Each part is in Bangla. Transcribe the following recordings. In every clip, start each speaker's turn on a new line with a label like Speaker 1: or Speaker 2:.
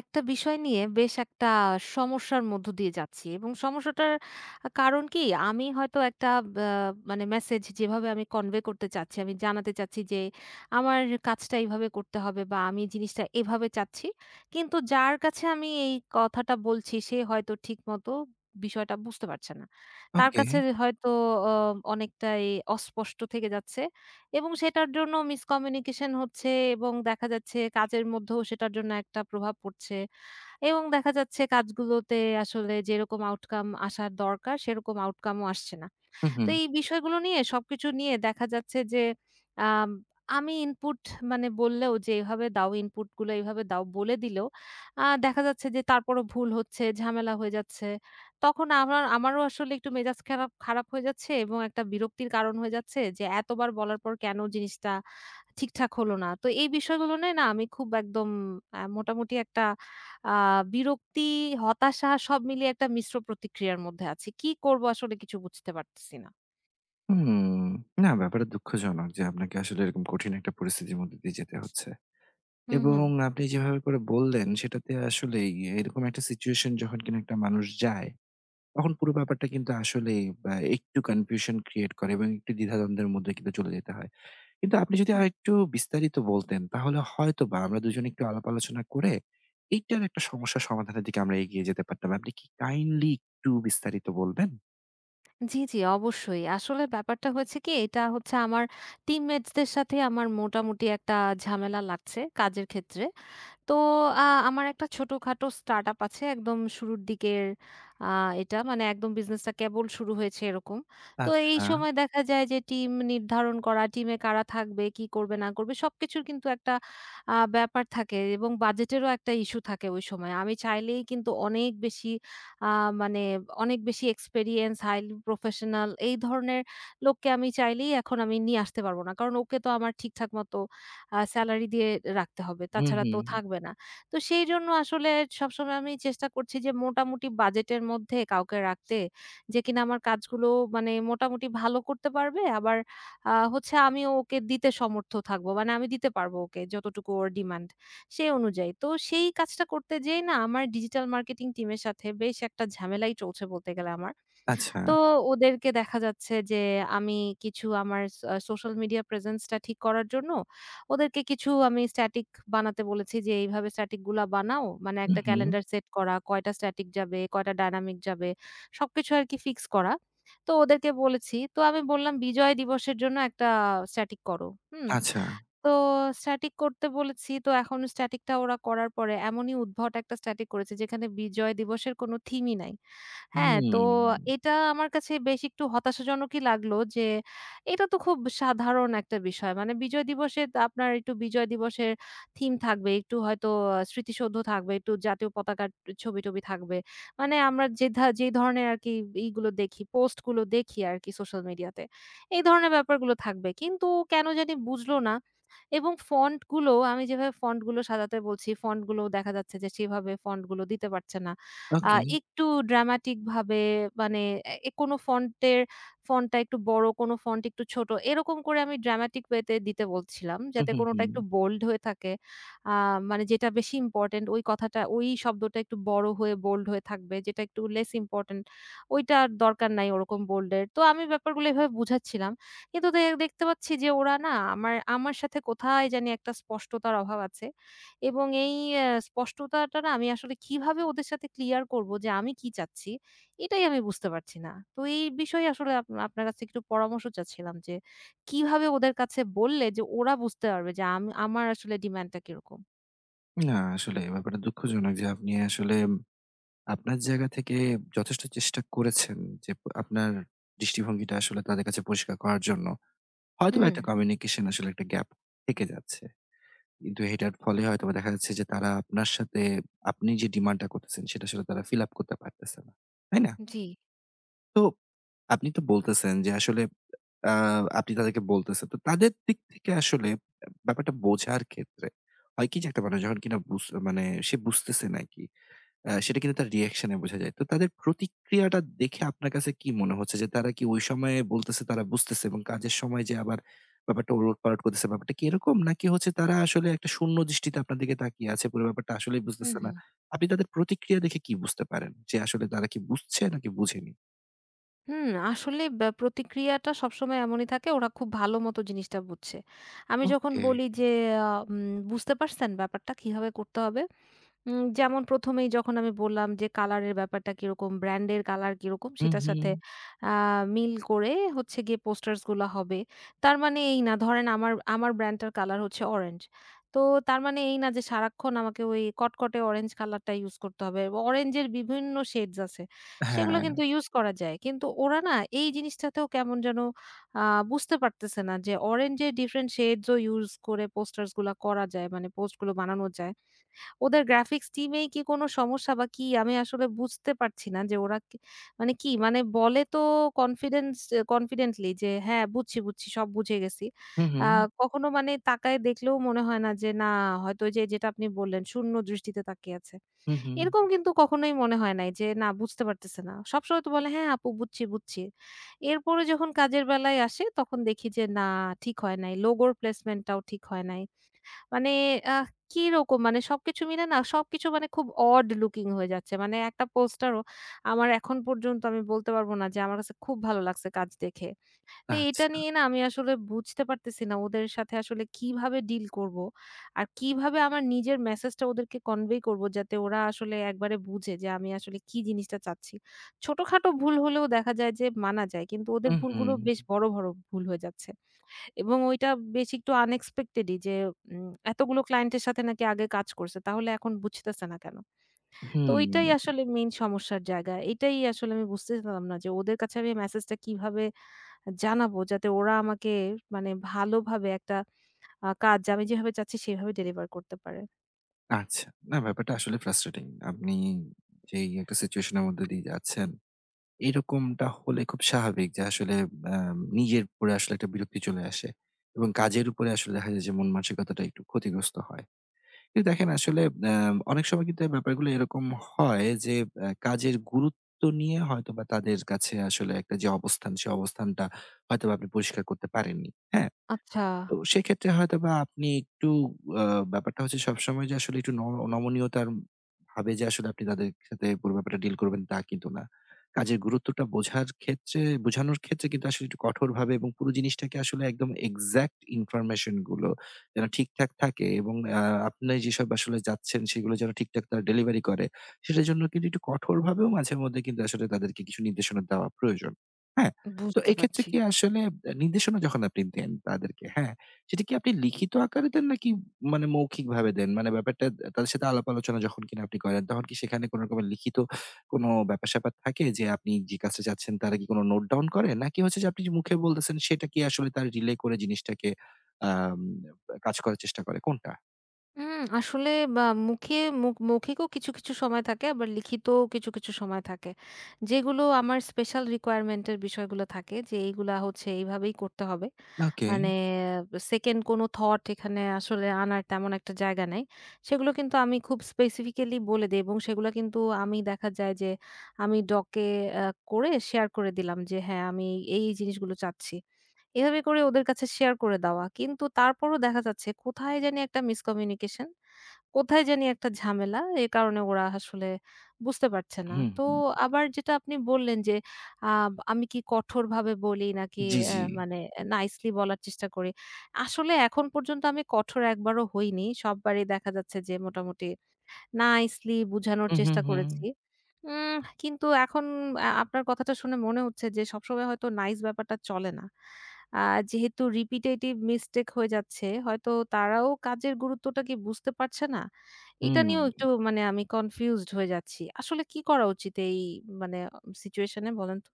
Speaker 1: একটা বিষয় নিয়ে বেশ একটা সমস্যার মধ্য দিয়ে যাচ্ছি। এবং সমস্যাটার কারণ কি আমি হয়তো একটা মানে মেসেজ যেভাবে আমি কনভে করতে চাচ্ছি, আমি জানাতে চাচ্ছি যে আমার কাজটা এইভাবে করতে হবে বা আমি জিনিসটা এভাবে চাচ্ছি, কিন্তু যার কাছে আমি এই কথাটা বলছি সে হয়তো ঠিক মতো বিষয়টা বুঝতে পারছে না। তার
Speaker 2: ওকে।
Speaker 1: কাছে হয়তো অনেকটাই অস্পষ্ট থেকে যাচ্ছে এবং সেটার জন্য মিসকমিউনিকেশন হচ্ছে এবং দেখা যাচ্ছে কাজের মধ্যেও সেটার জন্য একটা প্রভাব পড়ছে। এবং দেখা যাচ্ছে কাজগুলোতে আসলে যেরকম আউটকাম আসার দরকার সেরকম আউটকামও আসছে না।
Speaker 2: হু, হু।
Speaker 1: তো এই বিষয়গুলো নিয়ে সবকিছু নিয়ে দেখা যাচ্ছে যে আম আমি ইনপুট মানে বললেও যে এভাবে দাও, ইনপুটগুলো এভাবে দাও বলে দিলেও দেখা যাচ্ছে যে তারপরও ভুল হচ্ছে, ঝামেলা হয়ে যাচ্ছে। তখন আমারও আসলে একটু মেজাজ খারাপ খারাপ হয়ে যাচ্ছে এবং একটা বিরক্তির কারণ হয়ে যাচ্ছে যে এতবার বলার পর কেন জিনিসটা ঠিকঠাক হলো না। তো এই বিষয়গুলো নিয়ে না আমি খুব একদম মোটামুটি একটা আ বিরক্তি, হতাশা সব মিলিয়ে একটা মিশ্র প্রতিক্রিয়ার মধ্যে আছি। কি করব আসলে কিছু বুঝতে পারতেছি না।
Speaker 2: হুম। না, ব্যাপারটা দুঃখজনক যে আপনাকে আসলে এরকম কঠিন একটা পরিস্থিতির মধ্যে দিয়ে যেতে হচ্ছে।
Speaker 1: হুম,
Speaker 2: এবং
Speaker 1: হুম,
Speaker 2: আপনি যেভাবে করে বললেন সেটাতে আসলেই এরকম একটা সিচুয়েশন যখন কিনা একটা মানুষ যায়, তখন পুরো ব্যাপারটা কিন্তু আসলেই বা একটু কনফিউশন ক্রিয়েট করে এবং একটু দ্বিধাদ্বন্দ্বের মধ্যে কিন্তু চলে যেতে হয়। কিন্তু আপনি যদি
Speaker 1: হুম।
Speaker 2: আরেকটু বিস্তারিত বলতেন তাহলে হয়তোবা আমরা দুজনে একটু আলাপ আলোচনা করে এইটার একটা সমস্যা সমাধানের দিকে আমরা এগিয়ে যেতে পারতাম। আপনি কি কাইন্ডলি একটু বিস্তারিত বলবেন?
Speaker 1: জি, জি, অবশ্যই। আসলে ব্যাপারটা হয়েছে কি, এটা হচ্ছে আমার টিমমেটসদের সাথে আমার মোটামুটি একটা ঝামেলা লাগছে কাজের ক্ষেত্রে। তো আ আমার একটা ছোটখাটো স্টার্টআপ আছে একদম শুরুর দিকের। আ এটা মানে একদম বিজনেসটা কেবল শুরু হয়েছে এরকম। তো এই
Speaker 2: আচ্ছা।
Speaker 1: সময় দেখা যায় যে টিম নির্ধারণ করা, টিমে কারা থাকবে, কি করবে না করবে সবকিছুর কিন্তু একটা ব্যাপার থাকে এবং বাজেটেরও একটা ইস্যু থাকে ওই সময়। আমি চাইলেই কিন্তু অনেক বেশি আ মানে অনেক বেশি এক্সপেরিয়েন্স, হাইলি প্রফেশনাল এই ধরনের লোককে আমি চাইলেই এখন আমি নিয়ে আসতে পারব না। কারণ ওকে তো আমার ঠিকঠাক মতো সেলারি দিয়ে রাখতে হবে।
Speaker 2: হু,
Speaker 1: তাছাড়া
Speaker 2: হু।
Speaker 1: তো থাকবে না। তো সেইজন্য আসলে সবসময় আমি চেষ্টা করছি যে মোটামুটি বাজেটের মধ্যে কাউকে রাখতে, যে কিনা আমার কাজগুলো মানে মোটামুটি ভালো করতে পারবে। আবার হচ্ছে আমিও ওকে দিতে সমর্থ থাকবো। মানে আমি দিতে পারবো ওকে যতটুকু ওর ডিমান্ড, সেই অনুযায়ী। তো সেই কাজটা করতে যেয়ে না আমার ডিজিটাল মার্কেটিং টিমের সাথে বেশ একটা ঝামেলাই চলছে বলতে গেলে আমার।
Speaker 2: আচ্ছা।
Speaker 1: তো ওদেরকে দেখা যাচ্ছে যে আমি কিছু আমার সোশ্যাল মিডিয়া প্রেজেন্স টা ঠিক করার জন্য ওদেরকে কিছু আমি স্ট্যাটিক বানাতে বলেছি যে, "এইভাবে স্ট্যাটিক গুলা বানাও।" মানে
Speaker 2: হু,
Speaker 1: একটা
Speaker 2: হুম।
Speaker 1: ক্যালেন্ডার সেট করা, কয়টা স্ট্যাটিক যাবে, কয়টা ডায়নামিক যাবে, সবকিছু আরকি ফিক্স করা। তো ওদেরকে বলেছি। তো আমি বললাম, "বিজয় দিবসের জন্য একটা স্ট্যাটিক করো।" হুম?
Speaker 2: আচ্ছা।
Speaker 1: তো স্ট্যাটিক করতে বলেছি। তো এখন স্ট্যাটিকটা ওরা করার পরে এমনই উদ্ভট একটা স্ট্যাটিক করেছে যেখানে বিজয় দিবসের কোনো থিমই নাই। হ্যাঁ, তো
Speaker 2: হুম।
Speaker 1: এটা আমার কাছে বেশ একটু হতাশাজনকই লাগলো যে এটা তো খুব সাধারণ একটা বিষয়। মানে বিজয় দিবসে তো আপনার একটু বিজয় দিবসের থিম থাকবে, একটু হয়তো স্মৃতিসৌধ থাকবে, একটু জাতীয় পতাকার ছবি-টবি থাকবে। মানে আমরা যে ধা যে ধরনের আরকি ইগুলো দেখি, পোস্টগুলো দেখি আরকি সোশ্যাল মিডিয়াতে। এই ধরনের ব্যাপারগুলো থাকবে। কিন্তু কেন জানি বুঝল না। এবং ফন্ট গুলো আমি যেভাবে ফন্ট গুলো সাজাতে বলছি, ফন্ট গুলো দেখা যাচ্ছে যে সেভাবে ফন্ট গুলো দিতে পারছে না। আ
Speaker 2: ওকে।
Speaker 1: একটু ড্রামাটিক ভাবে মানে এ কোনো ফন্টের ফন্টটা একটু বড়, কোনো ফন্ট একটু ছোট। এরকম করে আমি ড্রামাটিক ওয়েতে দিতে বলছিলাম।
Speaker 2: হুম,
Speaker 1: যাতে
Speaker 2: হুম,
Speaker 1: কোনোটা
Speaker 2: হুম।
Speaker 1: একটু বোল্ড হয়ে থাকে। আ মানে যেটা বেশি ইম্পোর্টেন্ট ওই কথাটা, ওই শব্দটা একটু বড় হয়ে বোল্ড হয়ে থাকবে। যেটা একটু লেস ইম্পোর্টেন্ট ওইটার দরকার নাই ওরকম বোল্ড এর। তো আমি ব্যাপারগুলো এভাবে বুঝাচ্ছিলাম। কিন্তু দেখতে পাচ্ছি যে ওরা না আমার আমার সাথে কোথায় জানি একটা স্পষ্টতার অভাব আছে। এবং এই স্পষ্টতাটা না আমি আসলে কিভাবে ওদের সাথে ক্লিয়ার করব যে আমি কি চাচ্ছি, এটাই আমি বুঝতে পারছি না। তো এই বিষয়ে আসলে আপনার কাছ থেকে একটু পরামর্শ চাচ্ছিলাম যে কিভাবে ওদের কাছে বললে যে ওরা বুঝতে পারবে যে আমার আসলে ডিমান্ডটা কিরকম?
Speaker 2: না, আসলে ব্যাপারটা দুঃখজনক যে আপনি আসলে আপনার জায়গা থেকে যথেষ্ট চেষ্টা করেছেন যে প আপনার দৃষ্টিভঙ্গিটা আসলে তাদের কাছে পরিষ্কার করার জন্য। হয়তোবা
Speaker 1: হুম,
Speaker 2: একটা কমিউনিকেশন আসলে একটা গ্যাপ থেকে যাচ্ছে। কিন্তু এটার ফলে হয়তোবা দেখা যাচ্ছে যে তারা আপনার সাথে আপনি যে ডিমান্ডটা করতেছেন সেটা আসলে তারা ফিল আপ করতে পারতেছে না। তাই না?
Speaker 1: জি।
Speaker 2: তো আপনি তো বলতেছেন যে আসলে আ আপনি তাদেরকে বলতেছেন। তো তাদের দিক থেকে আসলে ব্যাপারটা বোঝার ক্ষেত্রে হয় কি যে একটা মানুষ যখন কিনা বুঝ মানে সে বুঝতেছে নাকি, সেটা কিন্তু তার রিঅ্যাকশন এ বোঝা যায়। তো তাদের প্রতিক্রিয়াটা দেখে আপনার কাছে কি মনে হচ্ছে যে তারা কি ওই সময়ে বলতেছে তারা বুঝতেছে এবং কাজের সময় যে আবার ব্যাপারটা ওলটপালট করতেছে, ব্যাপারটা কি এরকম? নাকি হচ্ছে তারা আসলে একটা শূন্য দৃষ্টিতে আপনার দিকে তাকিয়ে আছে, পুরো ব্যাপারটা আসলেই
Speaker 1: হুম,
Speaker 2: বুঝতেছে না?
Speaker 1: হুম।
Speaker 2: আপনি তাদের প্রতিক্রিয়া দেখে কি বুঝতে পারেন যে আসলে তারা কি বুঝছে নাকি বুঝেনি?
Speaker 1: হুম, আসলে প্রতিক্রিয়াটা সবসময় এমনই থাকে। ওরা খুব ভালো মতো জিনিসটা বুঝছে। আমি যখন
Speaker 2: ওকে।
Speaker 1: বলি যে, আ উম "বুঝতে পারছেন ব্যাপারটা কিভাবে করতে হবে?" যেমন ১ম এই যখন আমি বললাম যে কালার এর ব্যাপারটা কিরকম, ব্র্যান্ড এর কালার কিরকম,
Speaker 2: হুম,
Speaker 1: সেটার
Speaker 2: হুম।
Speaker 1: সাথে আ মিল করে হচ্ছে গিয়ে পোস্টার্স গুলা হবে। তার মানে এই না ধরেন আমার আমার ব্র্যান্ড টার কালার হচ্ছে অরেঞ্জ। তো তার মানে এই না যে সারাক্ষণ আমাকে ওই কটকটে অরেঞ্জ কালারটা ইউজ করতে হবে। অরেঞ্জ এর বিভিন্ন শেডস আছে। সেগুলো
Speaker 2: হ্যাঁ।
Speaker 1: কিন্তু ইউজ করা যায়। কিন্তু ওরা না এই জিনিসটাতেও কেমন যেন আ বুঝতে পারতেছে না যে অরেঞ্জ এর ডিফারেন্ট শেডস ও ইউজ করে পোস্টার্স গুলা করা যায়। মানে পোস্ট গুলো বানানো যায়। ওদের গ্রাফিক্স টিমেই কি কোনো সমস্যা বা কি? আমি আসলে বুঝতে পারছি না যে ওরা কি মানে কি মানে বলে তো কনফিডেন্স কনফিডেন্টলি যে হ্যাঁ, বুঝছি, বুঝছি, সব বুঝে গেছি।
Speaker 2: হুম,
Speaker 1: আ
Speaker 2: হুম।
Speaker 1: কখনো মানে তাকায় দেখলেও মনে হয় না যে না হয়তো ওই যে যেটা আপনি বললেন শূন্য দৃষ্টিতে তাকিয়ে আছে।
Speaker 2: হুম, হুম।
Speaker 1: এরকম কিন্তু কখনোই মনে হয় নাই যে না বুঝতে পারতেছে না। সবসময় তো বলে হ্যাঁ, আপু বুঝছি, বুঝছি। এরপরে যখন কাজের বেলায় আসে তখন দেখি যে না ঠিক হয় নাই। লোগোর প্লেসমেন্ট টাও ঠিক হয় নাই। মানে আহ কিরকম? মানে সবকিছু মিলে না, সবকিছু মানে খুব odd looking হয়ে যাচ্ছে। মানে একটা পোস্টারও আমার এখন পর্যন্ত আমি বলতে পারব না যে আমার কাছে খুব ভালো লাগছে কাজ দেখে। তো এটা
Speaker 2: আচ্ছা।
Speaker 1: নিয়ে না আমি আসলে বুঝতে পারতেছি না ওদের সাথে আসলে কিভাবে ডিল করব? আর কিভাবে আমার নিজের মেসেজটা ওদেরকে কনভে করব যাতে ওরা আসলে একবারে বুঝে যে আমি আসলে কি জিনিসটা চাচ্ছি। ছোটখাটো ভুল হলেও দেখা যায় যে মানা যায়। কিন্তু ওদের
Speaker 2: উহুম,
Speaker 1: ভুলগুলো বেশ বড়, বড় ভুল হয়ে যাচ্ছে। এবং ওইটা বেশ একটু আনএক্সপেক্টেডই যে এতগুলো ক্লায়েন্টের সাথে নাকি আগে কাজ করছে। তাহলে এখন বুঝতেছে না কেন? তো
Speaker 2: হুম,
Speaker 1: ওইটাই
Speaker 2: হুম।
Speaker 1: আসলে মেইন সমস্যার জায়গা। এটাই আসলে আমি বুঝতেছিলাম না যে ওদের কাছে আমি মেসেজটা কিভাবে জানাবো যাতে ওরা আমাকে মানে ভালোভাবে একটা কাজ আমি যেভাবে চাচ্ছি সেভাবে ডেলিভার করতে পারে।
Speaker 2: আচ্ছা। না, ব্যাপারটা আসলে ফ্রাস্ট্রেটিং। আপনি যেই একটা সিচুয়েশন এর মধ্যে দিয়ে যাচ্ছেন, এরকমটা হলে খুব স্বাভাবিক যে আসলে আ নিজের উপরে আসলে একটা বিরক্তি চলে আসে এবং কাজের উপরে আসলে দেখা যায় যে মন মানসিকতাটা একটু ক্ষতিগ্রস্ত হয়। কিন্তু দেখেন আসলে আ অনেক সময় কিন্তু এই ব্যাপারগুলো এরকম হয় যে কাজের গুরুত্ব নিয়ে হয়তোবা তাদের কাছে আসলে একটা যে অবস্থান, সে অবস্থানটা হয়তোবা আপনি পরিষ্কার করতে পারেননি। হ্যাঁ?
Speaker 1: আচ্ছা,
Speaker 2: তো সেক্ষেত্রে হয়তোবা আপনি একটু আ ব্যাপারটা হচ্ছে সবসময় যে আসলে একটু ন নমনীয়তার ভাবে যে আসলে আপনি তাদের সাথে পুরো ব্যাপারটা ডিল করবেন তা কিন্তু না। কাজের গুরুত্বটা বোঝার ক্ষেত্রে বোঝানোর ক্ষেত্রে কিন্তু আসলে একটু কঠোরভাবে এবং পুরো জিনিসটাকে আসলে একদম এক্সাক্ট ইনফরমেশন গুলো যেন ঠিকঠাক থাকে এবং আপনি যেসব আসলে যাচ্ছেন সেগুলো যেন ঠিকঠাক তারা ডেলিভারি করে, সেটার জন্য কিন্তু একটু কঠোরভাবেও মাঝেমধ্যে কিন্তু আসলে তাদেরকে কিছু নির্দেশনা দেওয়া প্রয়োজন। হ্যাঁ? তো
Speaker 1: বুঝতে
Speaker 2: এক্ষেত্রে
Speaker 1: পারছি।
Speaker 2: কি আসলে নির্দেশনা যখন আপনি দেন তাদেরকে, হ্যাঁ? সেটা কি আপনি লিখিত আকারে দেন নাকি মানে মৌখিকভাবে দেন? মানে ব্যাপারটা তাদের সাথে আলাপ আলোচনা যখন কিনা আপনি করেন, তখন কি সেখানে কোন রকমের লিখিত কোনো ব্যাপার-স্যাপার থাকে যে আপনি যে কাজটা চাচ্ছেন তারা কি কোনো নোট ডাউন করে? নাকি হচ্ছে যে আপনি যে মুখে বলতেছেন সেটা কি আসলে তারা রিলে করে জিনিসটাকে আম কাজ করার চেষ্টা করে কোনটা?
Speaker 1: আসলে বা মুখে মুখ মৌখিকও কিছু, কিছু সময় থাকে আবার লিখিতও কিছু, কিছু সময় থাকে। যেগুলো আমার স্পেশাল রিকোয়ারমেন্ট এর বিষয়গুলো থাকে যে এইগুলা হচ্ছে এইভাবেই করতে হবে।
Speaker 2: ওকে।
Speaker 1: মানে সেকেন্ড কোনো থট এখানে আসলে আনার তেমন একটা জায়গা নাই। সেগুলো কিন্তু আমি খুব স্পেসিফিক্যালি বলে দেই এবং সেগুলো কিন্তু আমি দেখা যায় যে আমি ডকে আ করে শেয়ার করে দিলাম যে হ্যাঁ, আমি এই, এই জিনিসগুলো চাচ্ছি। এভাবে করে ওদের কাছে শেয়ার করে দেওয়া। কিন্তু তারপরও দেখা যাচ্ছে কোথায় জানি একটা মিসকমিউনিকেশন, কোথায় জানি একটা ঝামেলা। এ কারণে ওরা আসলে বুঝতে পারছে না।
Speaker 2: হুম,
Speaker 1: তো
Speaker 2: হুম।
Speaker 1: আবার যেটা আপনি বললেন যে, আ আমি কি কঠোরভাবে বলি নাকি
Speaker 2: জি, জি।
Speaker 1: মানে নাইসলি বলার চেষ্টা করি। আসলে এখন পর্যন্ত আমি কঠোর একবারও হইনি। সববারই দেখা যাচ্ছে যে মোটামুটি নাইসলি বুঝানোর
Speaker 2: হুম, হুম,
Speaker 1: চেষ্টা
Speaker 2: হুম।
Speaker 1: করেছি। উম কিন্তু এখন আপনার কথাটা শুনে মনে হচ্ছে যে সবসময় হয়তো নাইস ব্যাপারটা চলে না। আ যেহেতু রিপিটেটিভ মিস্টেক হয়ে যাচ্ছে, হয়তো তারাও কাজের গুরুত্বটা কি বুঝতে পারছে না? এটা
Speaker 2: হুম।
Speaker 1: নিয়েও একটু মানে আমি কনফিউজড হয়ে যাচ্ছি। আসলে কি করা উচিত এই মানে সিচুয়েশন এ বলেন তো?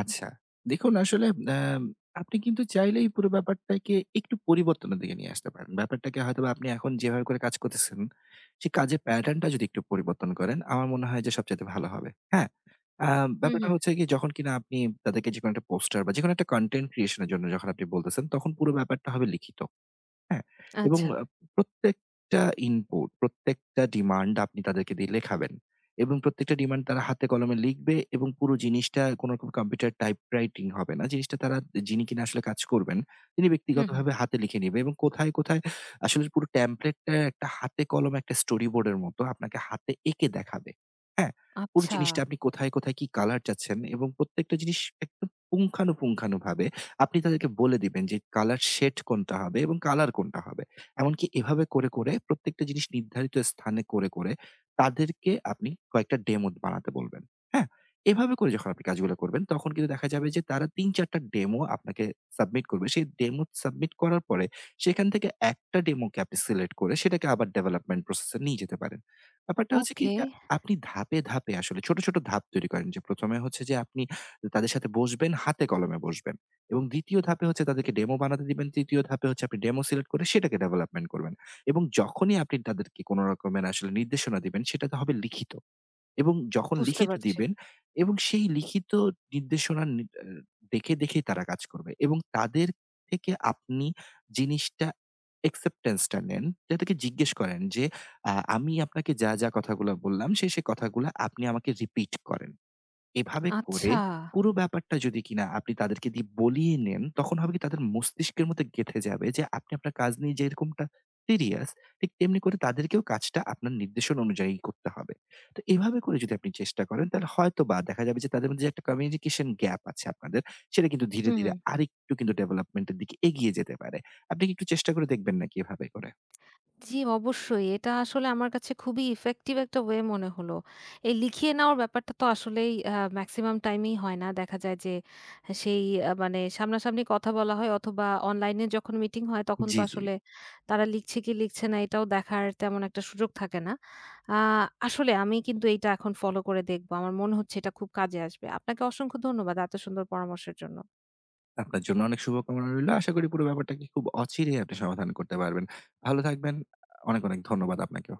Speaker 2: আচ্ছা। দেখুন আসলে আ আপনি কিন্তু চাইলেই পুরো ব্যাপারটাকে একটু পরিবর্তনের দিকে নিয়ে আসতে পারেন। ব্যাপারটাকে হয়তোবা আপনি এখন যেভাবে করে কাজ করতেছেন, সেই কাজের প্যাটার্ন টা যদি একটু পরিবর্তন করেন, আমার মনে হয় যে সবচাইতে ভালো হবে। হ্যাঁ? আ
Speaker 1: হুম,
Speaker 2: ব্যাপারটা
Speaker 1: হুম।
Speaker 2: হচ্ছে গিয়ে যখন কিনা আপনি তাদেরকে যেকোনো একটা পোস্টার বা যেকোনো একটা কনটেন্ট ক্রিয়েশন এর জন্য যখন আপনি বলতেছেন, তখন পুরো ব্যাপারটা হবে লিখিত। হ্যাঁ? এবং
Speaker 1: আচ্ছা।
Speaker 2: প্রত্যেকটা ইনপুট, প্রত্যেকটা ডিমান্ড আপনি তাদেরকে দিয়ে লেখাবেন। এবং প্রত্যেকটা ডিমান্ড তারা হাতে কলমে লিখবে এবং পুরো জিনিসটা কোন রকম কম্পিউটার টাইপ রাইটিং হবে না। জিনিসটা তারা যিনি কিনা আসলে কাজ করবেন, তিনি
Speaker 1: হুম, হুম।
Speaker 2: ব্যক্তিগতভাবে হাতে লিখে নিবে এবং কোথায়, কোথায় আসলে পুরো টেমপ্লেটটা একটা হাতে কলমে একটা স্টোরি বোর্ডের মতো আপনাকে হাতে এঁকে দেখাবে। হ্যাঁ? পুরো
Speaker 1: আচ্ছা।
Speaker 2: জিনিসটা আপনি কোথায়, কোথায় কি কালার চাচ্ছেন এবং প্রত্যেকটা জিনিস একদম পুঙ্খানুপুঙ্খানুভাবে আপনি তাদেরকে বলে দিবেন যে কালার শেড কোনটা হবে এবং কালার কোনটা হবে। এমনকি এভাবে করে, করে প্রত্যেকটা জিনিস নির্ধারিত স্থানে করে, করে তাদেরকে আপনি কয়েকটা ডেমো বানাতে বলবেন। হ্যাঁ? এভাবে করে যখন আপনি কাজগুলো করবেন তখন কিন্তু দেখা যাবে যে তারা ৩-৪ টা ডেমো আপনাকে সাবমিট করবে। সেই ডেমো সাবমিট করার পরে সেখান থেকে একটা ডেমোকে আপনি সিলেক্ট করে সেটাকে আবার ডেভেলপমেন্ট প্রসেস এ নিয়ে যেতে পারেন। ব্যাপারটা হচ্ছে কি
Speaker 1: ওকে,
Speaker 2: যে আপনি ধাপে, ধাপে আসলে ছোট, ছোট ধাপ তৈরি করেন যে ১ম এ হচ্ছে যে আপনি তাদের সাথে বসবেন, হাতে কলমে বসবেন। এবং ২য় ধাপে হচ্ছে তাদেরকে ডেমো বানাতে দিবেন। ৩য় ধাপে হচ্ছে আপনি ডেমো সিলেক্ট করে সেটাকে ডেভেলপমেন্ট করবেন। এবং যখনই আপনি তাদেরকে কোন রকমের আসলে নির্দেশনা দিবেন সেটাতে হবে লিখিত। এবং যখন
Speaker 1: বুঝতে
Speaker 2: লিখিত
Speaker 1: পারছি।
Speaker 2: দিবেন এবং সেই লিখিত নির্দেশনা নি আ দেখে, দেখেই তারা কাজ করবে। এবং তাদের থেকে আপনি জিনিসটা acceptance টা নেন। তাদেরকে জিজ্ঞেস করেন যে আমি আপনাকে যা, যা কথাগুলা বললাম সে, সে কথাগুলা আপনি আমাকে রিপিট করেন। এভাবে করে
Speaker 1: আচ্ছা।
Speaker 2: পুরো ব্যাপারটা যদি কিনা আপনি তাদেরকে দিয়ে বলিয়ে নেন, তখন হবে কি তাদের মস্তিষ্কের মধ্যে গেঁথে যাবে যে আপনি আপনার কাজ নিয়ে যেরকমটা সিরিয়াস, ঠিক তেমনি করে তাদেরকেও কাজটা আপনার নির্দেশনা অনুযায়ী করতে হবে। তো এভাবে করে যদি আপনি চেষ্টা করেন তাহলে হয়তোবা দেখা যাবে যে তাদের মধ্যে যে একটা কমিউনিকেশন গ্যাপ আছে আপনাদের, সেটা কিন্তু ধীরে,
Speaker 1: হুম,
Speaker 2: ধীরে
Speaker 1: হুম।
Speaker 2: আরেকটু কিন্তু ডেভেলপমেন্ট এর দিকে এগিয়ে যেতে পারে। আপনি কি একটু চেষ্টা করে দেখবেন নাকি এভাবে করে?
Speaker 1: জি, অবশ্যই। এটা আসলে আমার কাছে খুবই ইফেক্টিভ একটা ওয়ে মনে হলো। এই লিখিয়ে নেওয়ার ব্যাপারটা তো আসলেই মেক্সিমাম টাইমেই হয় না। দেখা যায় যে সেই মানে সামনাসামনি কথা বলা হয় অথবা অনলাইনে যখন মিটিং হয় তখন তো
Speaker 2: জি, জি।
Speaker 1: আসলে তারা লিখছে কি লিখছে না এটাও দেখার তেমন একটা সুযোগ থাকে না। আ আসলে আমি কিন্তু এইটা এখন ফলো করে দেখব। আমার মনে হচ্ছে এটা খুব কাজে আসবে। আপনাকে অসংখ্য ধন্যবাদ এত সুন্দর পরামর্শের জন্য।
Speaker 2: আপনার জন্য অনেক শুভকামনা রইলো। আশা করি পুরো ব্যাপারটাকে খুব অচিরেই আপনি সমাধান করতে পারবেন। ভালো থাকবেন। অনেক, অনেক ধন্যবাদ আপনাকেও।